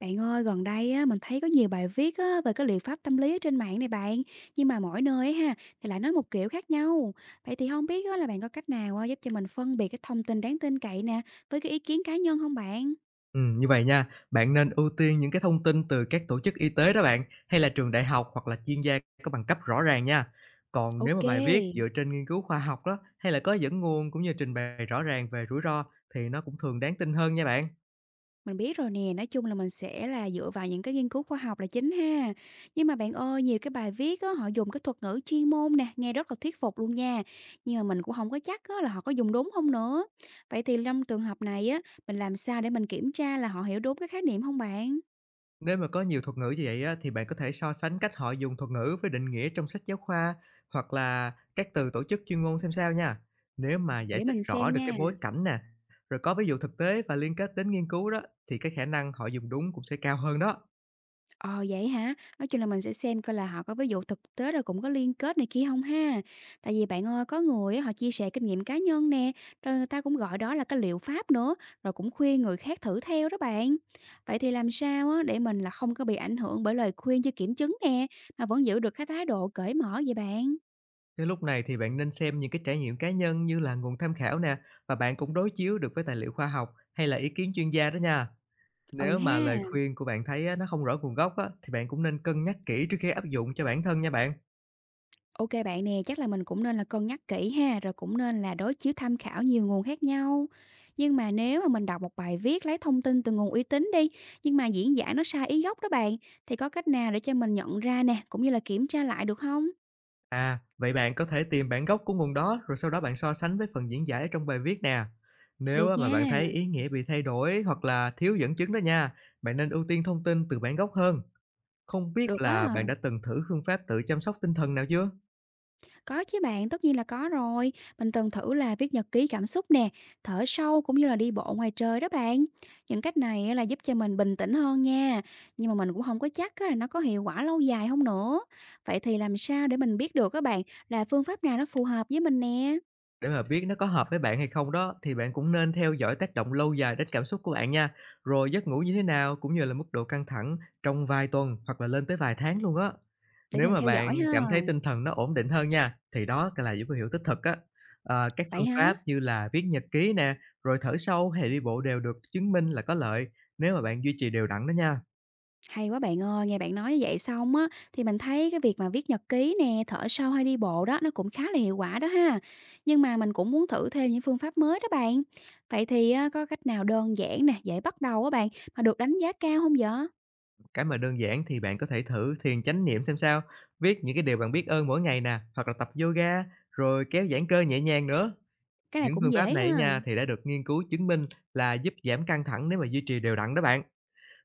Bạn ơi, gần đây á, mình thấy có nhiều bài viết á, về cái liệu pháp tâm lý ở trên mạng này bạn, nhưng mà mỗi nơi á ha thì lại nói một kiểu khác nhau. Vậy thì không biết á, là bạn có cách nào á, giúp cho mình phân biệt cái thông tin đáng tin cậy nè với cái ý kiến cá nhân không bạn? Như vậy nha, bạn nên ưu tiên những cái thông tin từ các tổ chức y tế đó bạn, hay là trường đại học hoặc là chuyên gia có bằng cấp rõ ràng nha. Còn nếu mà Ok. bài viết dựa trên nghiên cứu khoa học đó, hay là có dẫn nguồn cũng như trình bày rõ ràng về rủi ro thì nó cũng thường đáng tin hơn nha bạn. Mình biết rồi nè, nói chung là mình sẽ là dựa vào những cái nghiên cứu khoa học là chính ha. Nhưng mà bạn ơi, nhiều cái bài viết á, họ dùng cái thuật ngữ chuyên môn nè, nghe rất là thuyết phục luôn nha. Nhưng mà mình cũng không có chắc á, là họ có dùng đúng không nữa. Vậy thì trong trường hợp này á, mình làm sao để mình kiểm tra là họ hiểu đúng cái khái niệm không bạn? Nếu mà có nhiều thuật ngữ như vậy á, thì bạn có thể so sánh cách họ dùng thuật ngữ với định nghĩa trong sách giáo khoa hoặc là các từ tổ chức chuyên môn xem sao nha. Nếu mà giải Để thích mình xem rõ được cái nha. bối cảnh nè, rồi có ví dụ thực tế và liên kết đến nghiên cứu đó thì cái khả năng họ dùng đúng cũng sẽ cao hơn đó. Ờ, vậy hả? Nói chung là mình sẽ xem coi là họ có ví dụ thực tế rồi cũng có liên kết này kia không ha? Tại vì bạn ơi, có người á họ chia sẻ kinh nghiệm cá nhân nè, rồi người ta cũng gọi đó là cái liệu pháp nữa, rồi cũng khuyên người khác thử theo đó bạn. Vậy thì làm sao á để mình là không có bị ảnh hưởng bởi lời khuyên chưa kiểm chứng nè, mà vẫn giữ được cái thái độ cởi mở vậy bạn? Cái lúc này thì bạn nên xem những cái trải nghiệm cá nhân như là nguồn tham khảo nè và bạn cũng đối chiếu được với tài liệu khoa học hay là ý kiến chuyên gia đó nha. Ừ Nếu mà ha. lời khuyên của bạn thấy á, nó không rõ nguồn gốc á, thì bạn cũng nên cân nhắc kỹ trước khi áp dụng cho bản thân nha bạn. Ok bạn nè, chắc là mình cũng nên là cân nhắc kỹ ha, rồi cũng nên là đối chiếu tham khảo nhiều nguồn khác nhau. Nhưng mà nếu mà mình đọc một bài viết lấy thông tin từ nguồn uy tín đi, nhưng mà diễn giả nó sai ý gốc đó bạn, thì có cách nào để cho mình nhận ra nè, cũng như là kiểm tra lại được không? À, vậy bạn có thể tìm bản gốc của nguồn đó rồi sau đó bạn so sánh với phần diễn giải ở trong bài viết nè. Nếu á, Được mà bạn nha, thấy ý nghĩa bị thay đổi hoặc là thiếu dẫn chứng đó nha, bạn nên ưu tiên thông tin từ bản gốc hơn. Không biết được là á. bạn đã từng thử phương pháp tự chăm sóc tinh thần nào chưa? Có chứ bạn, tất nhiên là có rồi. Mình từng thử là viết nhật ký cảm xúc nè, thở sâu cũng như là đi bộ ngoài trời đó bạn. Những cách này á là giúp cho mình bình tĩnh hơn nha. Nhưng mà mình cũng không có chắc á là nó có hiệu quả lâu dài không nữa. Vậy thì làm sao để mình biết được các bạn là phương pháp nào nó phù hợp với mình nè, Để mà biết nó có hợp với bạn hay không đó, thì bạn cũng nên theo dõi tác động lâu dài đến cảm xúc của bạn nha, rồi giấc ngủ như thế nào cũng như là mức độ căng thẳng trong vài tuần hoặc là lên tới vài tháng luôn á. để Nếu mình mà theo dõi bạn ha. cảm thấy tinh thần nó ổn định hơn nha, thì đó là dấu hiệu tích cực á. Ờ, các Vậy phương hả? pháp như là viết nhật ký nè, rồi thở sâu hay đi bộ đều được chứng minh là có lợi nếu mà bạn duy trì đều đặn đó nha. Hay quá bạn ơi, nghe bạn nói như vậy xong á thì mình thấy cái việc mà viết nhật ký nè, thở sâu hay đi bộ đó nó cũng khá là hiệu quả đó ha. Nhưng mà mình cũng muốn thử thêm những phương pháp mới đó bạn. Vậy thì á, có cách nào đơn giản nè, dễ bắt đầu á bạn mà được đánh giá cao không vậy? Cái mà đơn giản thì bạn có thể thử thiền chánh niệm xem sao, viết những cái điều bạn biết ơn mỗi ngày nè, hoặc là tập yoga, rồi kéo giãn cơ nhẹ nhàng nữa. Cái này Những cũng phương pháp dễ này ha, nha, thì đã được nghiên cứu chứng minh là giúp giảm căng thẳng nếu mà duy trì đều đặn đó bạn.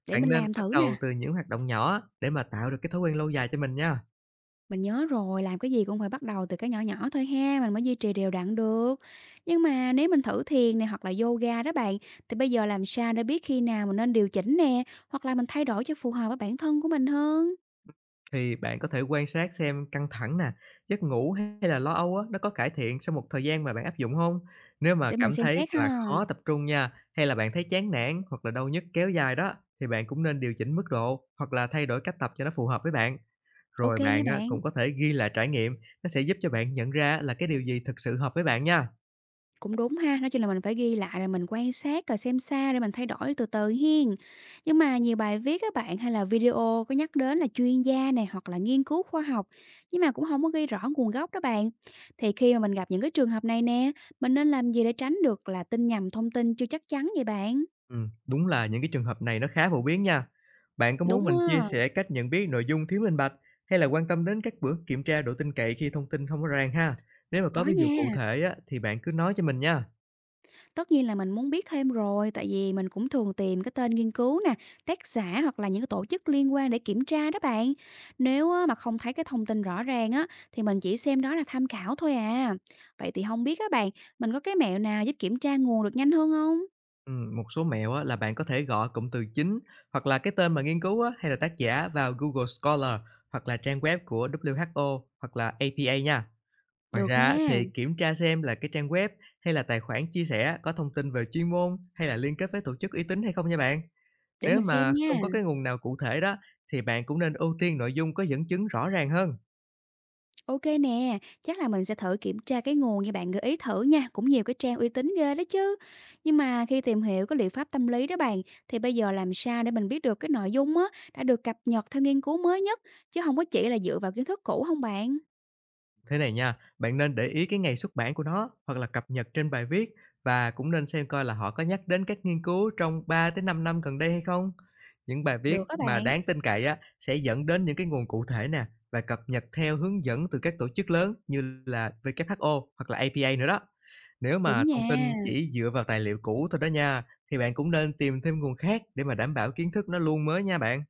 để Bạn mình nên làm bắt thử đầu nè. từ những hoạt động nhỏ để mà tạo được cái thói quen lâu dài cho mình nha. Mình nhớ rồi, làm cái gì cũng phải bắt đầu từ cái nhỏ nhỏ thôi ha, mình mới duy trì đều đặn được. Nhưng mà nếu mình thử thiền này hoặc là yoga đó bạn, thì bây giờ làm sao để biết khi nào mình nên điều chỉnh nè, hoặc là mình thay đổi cho phù hợp với bản thân của mình hơn, Thì bạn có thể quan sát xem căng thẳng nè, giấc ngủ hay là lo âu á, nó có cải thiện sau một thời gian mà bạn áp dụng không? Nếu mà để mình cảm xem thấy xét là ha. khó tập trung nha, hay là bạn thấy chán nản hoặc là đau nhức kéo dài đó, thì bạn cũng nên điều chỉnh mức độ hoặc là thay đổi cách tập cho nó phù hợp với bạn. Ok Rồi nha bạn á, bạn. cũng có thể ghi lại trải nghiệm, nó sẽ giúp cho bạn nhận ra là cái điều gì thực sự hợp với bạn nha. Cũng đúng ha, nói chung là mình phải ghi lại rồi mình quan sát rồi xem xa để mình thay đổi từ từ hiên. Nhưng mà nhiều bài viết các bạn hay là video có nhắc đến là chuyên gia này hoặc là nghiên cứu khoa học nhưng mà cũng không có ghi rõ nguồn gốc đó bạn. Thì khi mà mình gặp những cái trường hợp này nè, mình nên làm gì để tránh được là tin nhầm thông tin chưa chắc chắn vậy bạn? Đúng là những cái trường hợp này nó khá phổ biến nha. Bạn có muốn Đúng mình chia á, sẻ cách nhận biết nội dung thiếu minh bạch hay là quan tâm đến các bước kiểm tra độ tin cậy khi thông tin không rõ ràng ha? Nếu mà có có ví dụ cụ nha. thể á, thì bạn cứ nói cho mình nha. Tất nhiên là mình muốn biết thêm rồi, tại vì mình cũng thường tìm cái tên nghiên cứu nè, tác giả hoặc là những cái tổ chức liên quan để kiểm tra đó bạn. Nếu á, mà không thấy cái thông tin rõ ràng á, thì mình chỉ xem đó là tham khảo thôi à. Vậy thì không biết các bạn, mình có cái mẹo nào giúp kiểm tra nguồn được nhanh hơn không? Một số mẹo á, là bạn có thể gõ cụm từ chính hoặc là cái tên mà nghiên cứu á, hay là tác giả vào Google Scholar hoặc là trang web của WHO hoặc là APA nha. Ngoài Được ra á, nha, thì kiểm tra xem là cái trang web hay là tài khoản chia sẻ có thông tin về chuyên môn hay là liên kết với tổ chức uy tín hay không nha bạn. để Nếu mình xem mà nha. không có cái nguồn nào cụ thể đó, thì bạn cũng nên ưu tiên nội dung có dẫn chứng rõ ràng hơn. OK nè, chắc là mình sẽ thử kiểm tra cái nguồn như bạn gợi ý thử nha, cũng nhiều cái trang uy tín ghê đó chứ. Nhưng mà khi tìm hiểu cái liệu pháp tâm lý đó bạn, thì bây giờ làm sao để mình biết được cái nội dung á đã được cập nhật theo nghiên cứu mới nhất, chứ không có chỉ là dựa vào kiến thức cũ không bạn? Thế này nha, bạn nên để ý cái ngày xuất bản của nó hoặc là cập nhật trên bài viết và cũng nên xem coi là họ có nhắc đến các nghiên cứu trong 3 tới 5 năm gần đây hay không. Những bài viết Được các mà bạn, đáng tin cậy á sẽ dẫn đến những cái nguồn cụ thể nè và cập nhật theo hướng dẫn từ các tổ chức lớn như là WHO hoặc là APA nữa đó. Nếu đúng mà nha. thông tin chỉ dựa vào tài liệu cũ thôi đó nha, thì bạn cũng nên tìm thêm nguồn khác để mà đảm bảo kiến thức nó luôn mới nha bạn.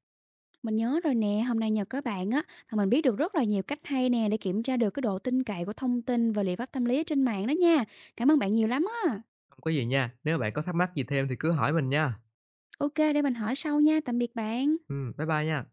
Mình nhớ rồi nè, hôm nay nhờ các bạn á mà mình biết được rất là nhiều cách hay nè để kiểm tra được cái độ tin cậy của thông tin và liệu pháp tâm lý ở trên mạng đó nha. Cảm ơn bạn nhiều lắm á. Không có gì nha, nếu bạn có thắc mắc gì thêm thì cứ hỏi mình nha. OK, để mình hỏi sau nha. Tạm biệt bạn. Bye bye nha.